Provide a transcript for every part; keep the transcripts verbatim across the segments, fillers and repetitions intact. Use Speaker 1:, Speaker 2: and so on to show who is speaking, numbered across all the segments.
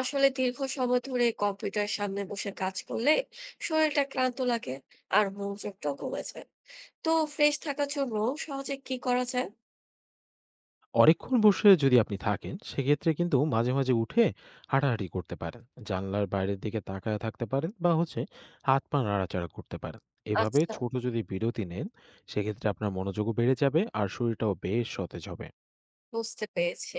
Speaker 1: আসলে দীর্ঘ সময় ধরে কম্পিউটার সামনে বসে কাজ করলে শরীরটা ক্লান্ত লাগে আর মনোযোগটাও কমে যায়। তো ফ্রেশ থাকার জন্য সহজে কি করা যায়?
Speaker 2: অনেকক্ষণ বসে যদি আপনি থাকেন, সেক্ষেত্রে কিন্তু মাঝে মাঝে উঠে হাঁটাহাঁটি করতে পারেন। জানলার বাইরের দিকে তাকায় থাকতে পারেন, বা হচ্ছে হাত পা নাড়াচাড়া করতে পারেন। এভাবে
Speaker 1: আচ্ছা,
Speaker 2: ছোট যদি বিরতি নেন, সেক্ষেত্রে আপনার মনোযোগও বেড়ে যাবে আর শরীরটাও বেশ সতেজ হবে।
Speaker 1: বুঝতে পেরেছি।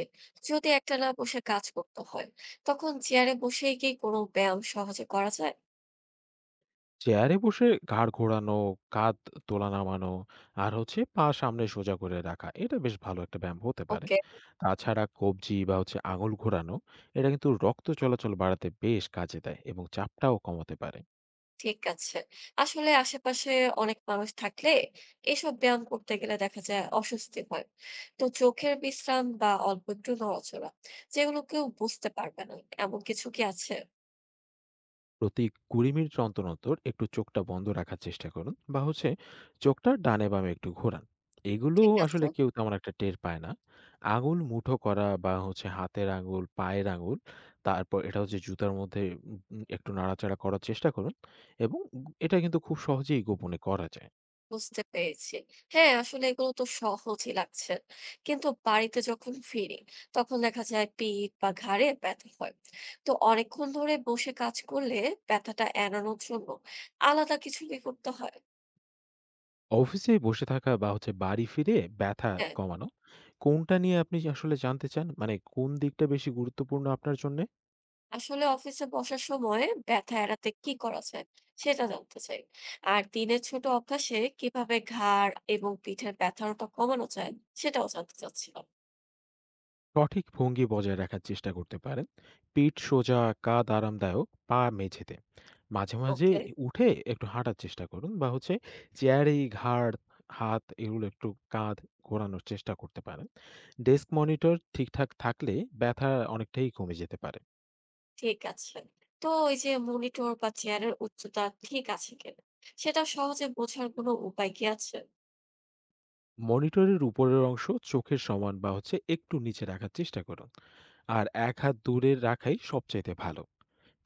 Speaker 1: যদি একটা না বসে কাজ করতে হয় তখন চেয়ারে বসেই কি কোনো ব্যায়াম সহজে করা যায়?
Speaker 2: চেয়ারে বসে ঘাড় ঘোরানো, কাঁধ তোলা নামানো, আর হচ্ছে পা সামনে সোজা করে রাখা এটা বেশ ভালো একটা ব্যায়াম হতে পারে।
Speaker 1: ওকে,
Speaker 2: তাছাড়া কবজি বা হচ্ছে আঙুল ঘোরানো, এটা কিন্তু রক্ত চলাচল বাড়াতে বেশ কাজে দেয় এবং চাপটাও কমাতে পারে।
Speaker 1: ঠিক আছে। আসলে আশেপাশে অনেক মানুষ থাকলে এসব ব্যায়াম করতে গেলে দেখা যায় অস্বস্তি হয়। তো চোখের বিশ্রাম বা অল্প একটু নড়াচড়া, যেগুলো কেউ বুঝতে পারবে না, এমন কিছু কি আছে?
Speaker 2: প্রতি বিশ মিনিট অন্তর অন্তর একটু চোখটা বন্ধ রাখার চেষ্টা করুন, বা হচ্ছে চোখটা ডানে বামে একটু ঘোরান। এগুলো
Speaker 1: ঠিক
Speaker 2: আসলে
Speaker 1: আছে,
Speaker 2: কেউ তেমন একটা টের পায় না। আঙুল মুঠো করা, বা হচ্ছে হাতের আঙুল, পায়ের আঙুল, তারপর এটা হচ্ছে জুতার মধ্যে উম উম একটু নাড়াচাড়া করার চেষ্টা করুন, এবং গু এটা কিন্তু খুব সহজেই গোপনে করা যায়।
Speaker 1: বুঝতে পেরেছি। হ্যাঁ, আসলে এগুলো তো সহজই লাগছে। কিন্তু বাড়িতে যখন ফিরি তখন দেখা যায় পিঠ বা ঘাড়ে ব্যথা হয়। তো অনেকক্ষণ ধরে বসে কাজ করলে ব্যথাটা এড়ানোর জন্য আলাদা কিছু কি করতে হয়?
Speaker 2: অফিসে বসে থাকা বা হচ্ছে বাড়ি ফিরে ব্যথা
Speaker 1: হ্যাঁ।
Speaker 2: কমানো, কোনটা নিয়ে আপনি আসলে জানতে চান? মানে কোন দিকটা বেশি গুরুত্বপূর্ণ আপনার জন্যে?
Speaker 1: আসলে অফিসে বসার সময় ব্যথা এড়াতে কি করা যায় সেটা জানতে চাই, আর দিনের ছোট অভ্যাসে কিভাবে ঘাড় এবং পিঠের ব্যথাটা কমানো যায় সেটাও জানতে চাচ্ছিলাম।
Speaker 2: সঠিক ভঙ্গি বজায় রাখার চেষ্টা করতে পারেন পিঠ সোজা, কাঁধ আরামদায়ক, পা মেঝেতে। মাঝে মাঝে
Speaker 1: ওকে,
Speaker 2: উঠে একটু হাঁটার চেষ্টা করুন, বা হচ্ছে চেয়ারে ঘাড়, হাত, এগুলো একটু, কাঁধ ঘোরানোর চেষ্টা করতে পারেন। ডেস্ক মনিটর ঠিকঠাক থাকলে ব্যথা অনেকটাই কমে যেতে পারে।
Speaker 1: ঠিক আছে। তো ওই যে মনিটর বা চেয়ারের উচ্চতা ঠিক আছে কিনা সেটা সহজে বোঝার কোনো উপায় কি আছে?
Speaker 2: মনিটরের উপরের অংশ চোখের সমান বা হচ্ছে একটু নিচে রাখার চেষ্টা করুন, আর এক হাত দূরে রাখাই সবচাইতে ভালো।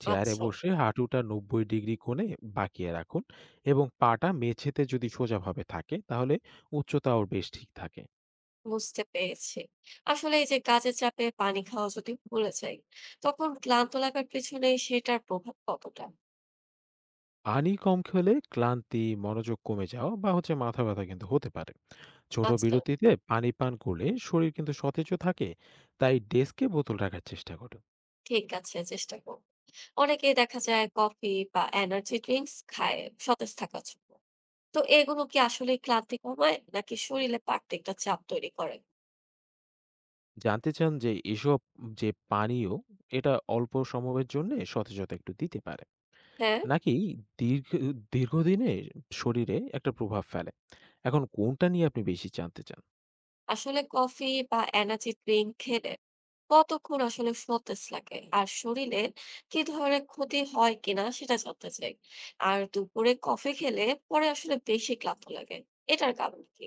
Speaker 2: চেয়ারে
Speaker 1: আচ্ছা,
Speaker 2: বসে হাঁটুটা নব্বই ডিগ্রি কোণে বাঁকিয়ে রাখুন, এবং পাটা মেঝেতে যদি সোজাভাবে থাকে তাহলে উচ্চতাও বেশ ঠিক থাকে।
Speaker 1: বুঝতে পেরেছি। আসলে এই যে কাজের চাপে পানি খাওয়া যদি ভুলে যাই, তখন ক্লান্ত লাগার পিছনে সেটার প্রভাব কতটা?
Speaker 2: পানি কম খেলে ক্লান্তি, মনোযোগ কমে যাওয়া, বা হচ্ছে মাথা ব্যথা কিন্তু হতে পারে। ছোট
Speaker 1: আচ্ছা,
Speaker 2: বিরতিতে পানি পান করলে শরীর কিন্তু সতেজও থাকে। তাই ডেস্কে বোতল রাখার চেষ্টা করুন।
Speaker 1: ঠিক আছে, চেষ্টা করবো। অনেকেই দেখা যায় কফি বা এনার্জি ড্রিঙ্কস খায় সতেজ থাকার জন্য। তো এগুলো কি আসলে ক্লান্তি কমায় নাকি শরীরে বাড়তি একটা চাপ তৈরি করে?
Speaker 2: জানতে চান যে এসব, যে পানীয়, এটা অল্প সময়ের জন্য সতেজতা একটু দিতে পারে,
Speaker 1: হ্যাঁ।
Speaker 2: নাকি দীর্ঘ দীর্ঘদিনে শরীরে একটা প্রভাব ফেলে এখন কোনটা নিয়ে আপনি বেশি জানতে চান?
Speaker 1: আসলে কফি বা এনার্জি ড্রিঙ্ক খেলে কতক্ষণ আসলে সতেজ লাগে আর শরীরে কি ধরনের ক্ষতি হয় কিনা সেটা জানতে চাই। আর দুপুরে কফি খেলে পরে আসলে বেশি ক্লান্ত লাগে, এটার কারণ কি?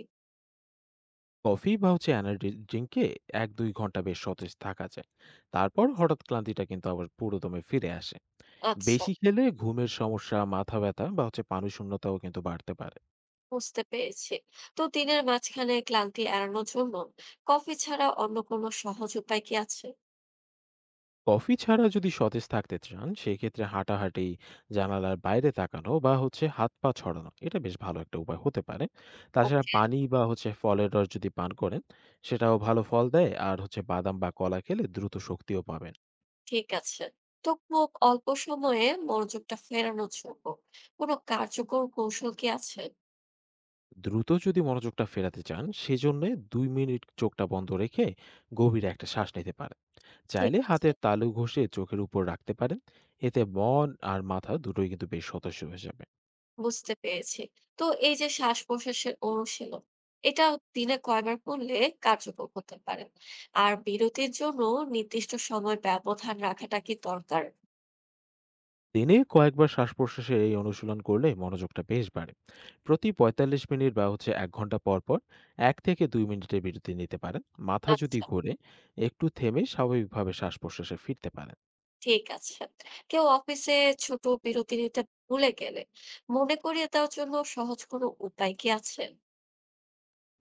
Speaker 2: কফি বা হচ্ছে এনার্জি ড্রিঙ্কে এক দুই ঘন্টা বেশ সতেজ থাকা যায়, তারপর হঠাৎ ক্লান্তিটা কিন্তু আবার পুরোদমে ফিরে আসে।
Speaker 1: আচ্ছা,
Speaker 2: বেশি খেলে ঘুমের সমস্যা, মাথা ব্যথা, বা হচ্ছে পানিশূন্যতাও কিন্তু বাড়তে পারে।
Speaker 1: বুঝতে পেরেছি। তো দিনের মাঝখানে ক্লান্তি এড়ানোর জন্য কফি ছাড়া অন্য কোনো সহজ উপায় কি আছে?
Speaker 2: কফি ছাড়া যদি সতেজ থাকতে চান, সেক্ষেত্রে হাঁটাহাঁটি, জানালার বাইরে তাকানো, বা হচ্ছে হাত পা ছড়ানো এটা বেশ ভালো একটা উপায় হতে পারে। তাছাড়া
Speaker 1: ওকে,
Speaker 2: পানি বা হচ্ছে ফলের রস যদি পান করেন, সেটাও ভালো ফল দেয়, আর হচ্ছে বাদাম বা কলা খেলে দ্রুত শক্তিও পাবেন।
Speaker 1: ঠিক আছে। তো খুব অল্প সময়ে মনোযোগটা ফেরানোর জন্য কোনো কার্যকর কৌশল কি আছে?
Speaker 2: দ্রুত যদি মনোযোগটা ফেরাতে চান, সেজন্য দুই মিনিট চোখটা বন্ধ রেখে গভীর একটা শ্বাস নিতে পারেন।
Speaker 1: ঠিক
Speaker 2: চাইলে
Speaker 1: আছে,
Speaker 2: হাতের তালু ঘষে চোখের উপর রাখতে পারেন। এতে মন আর মাথা দুটোই কিন্তু বেশ সতেজ হয়ে যাবে।
Speaker 1: বুঝতে পেরেছি। তো এই যে শ্বাস প্রশ্বাসের অনুশীলন, এটা দিনে কয়বার করলে কার্যকর হতে পারে? আর বিরতির জন্য নির্দিষ্ট সময় ব্যবধান রাখাটা কি দরকার?
Speaker 2: দিনে কয়েকবার শ্বাস-প্রশ্বাসের এই অনুশীলন করলে মনোযোগটা বেশ বাড়ে। প্রতি পঁয়তাল্লিশ মিনিট বা হচ্ছে এক ঘন্টা পর, পর এক থেকে দুই মিনিটের বিরতি নিতে পারেন। মাথা যদি
Speaker 1: আচ্ছা,
Speaker 2: ঘোরে, একটু থেমে স্বাভাবিকভাবে শ্বাস-প্রশ্বাসে ফিরতে পারেন।
Speaker 1: ঠিক আছে। কেউ অফিসে ছোট বিরতি নিতে ভুলে গেলে মনে করিয়ে দেওয়ার জন্য সহজ কোনো উপায় কি আছে?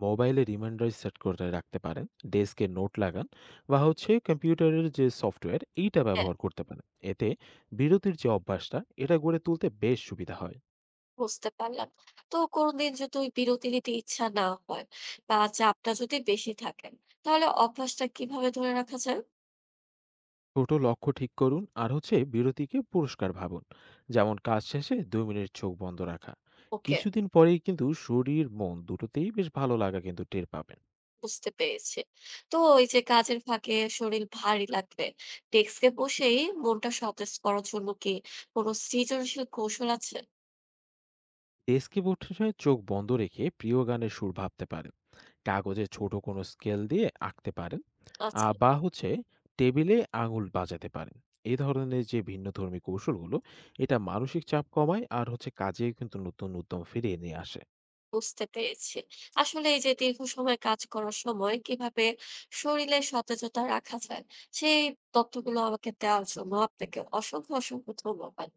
Speaker 2: মোবাইলে রিমাইন্ডার সেট করে রাখতে পারেন, ডেস্কে নোট লাগান, বা হচ্ছে কম্পিউটারের যে সফটওয়্যার, এইটা
Speaker 1: হ্যাঁ,
Speaker 2: ব্যবহার করতে পারেন। এতে বিরতির যে অভ্যাসটা, এটা গড়ে তুলতে বেশ সুবিধা হয়।
Speaker 1: বুঝতে পারলাম। তো কোনদিন যদি ওই বিরতি নিতে ইচ্ছা না হয় বা চাপটা যদি বেশি থাকে, তাহলে অভ্যাসটা কিভাবে ধরে রাখা যায়?
Speaker 2: ছোট লক্ষ্য ঠিক করুন, আর হচ্ছে বিরতিকে পুরস্কার ভাবুন। যেমন কাজ শেষে দুই মিনিট চোখ বন্ধ রাখা
Speaker 1: ওকে,
Speaker 2: কিছুদিন পরেই কিন্তু শরীর মন দুটোতেই বেশ ভালো লাগা কিন্তু টের পাবেন।
Speaker 1: বুঝতে পেরেছি। তো এই যে কাজের ফাঁকে শরীর ভারী লাগবে, ডেস্কে বসেই মনটা সতেজ করার জন্য কি কোনো সৃজনশীল কৌশল আছে?
Speaker 2: ডেস্কে বসে চোখ বন্ধ রেখে প্রিয় গানের সুর ভাবতে পারেন, কাগজে ছোট কোনো স্কেল দিয়ে আঁকতে পারেন,
Speaker 1: আচ্ছা।
Speaker 2: আহ, বা হচ্ছে টেবিলে আঙুল বাজাতে পারেন। এই ধরনের যে ভিন্নধর্মী কৌশলগুলো, এটা মানসিক চাপ কমায়, আর হচ্ছে কাজে কিন্তু নতুন উদ্যম ফিরিয়ে নিয়ে আসে।
Speaker 1: বুঝতে পেরেছি। আসলে এই যে দীর্ঘ সময় কাজ করার সময় কিভাবে শরীরে সতেজতা রাখা যায়, সেই তথ্যগুলো আমাকে দেওয়ার জন্য আপনাকে অসংখ্য, অসংখ্য ধন্যবাদ।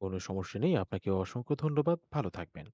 Speaker 2: কোনো সমস্যা নেই, আপনাকে অসংখ্য ধন্যবাদ, ভালো থাকবেন।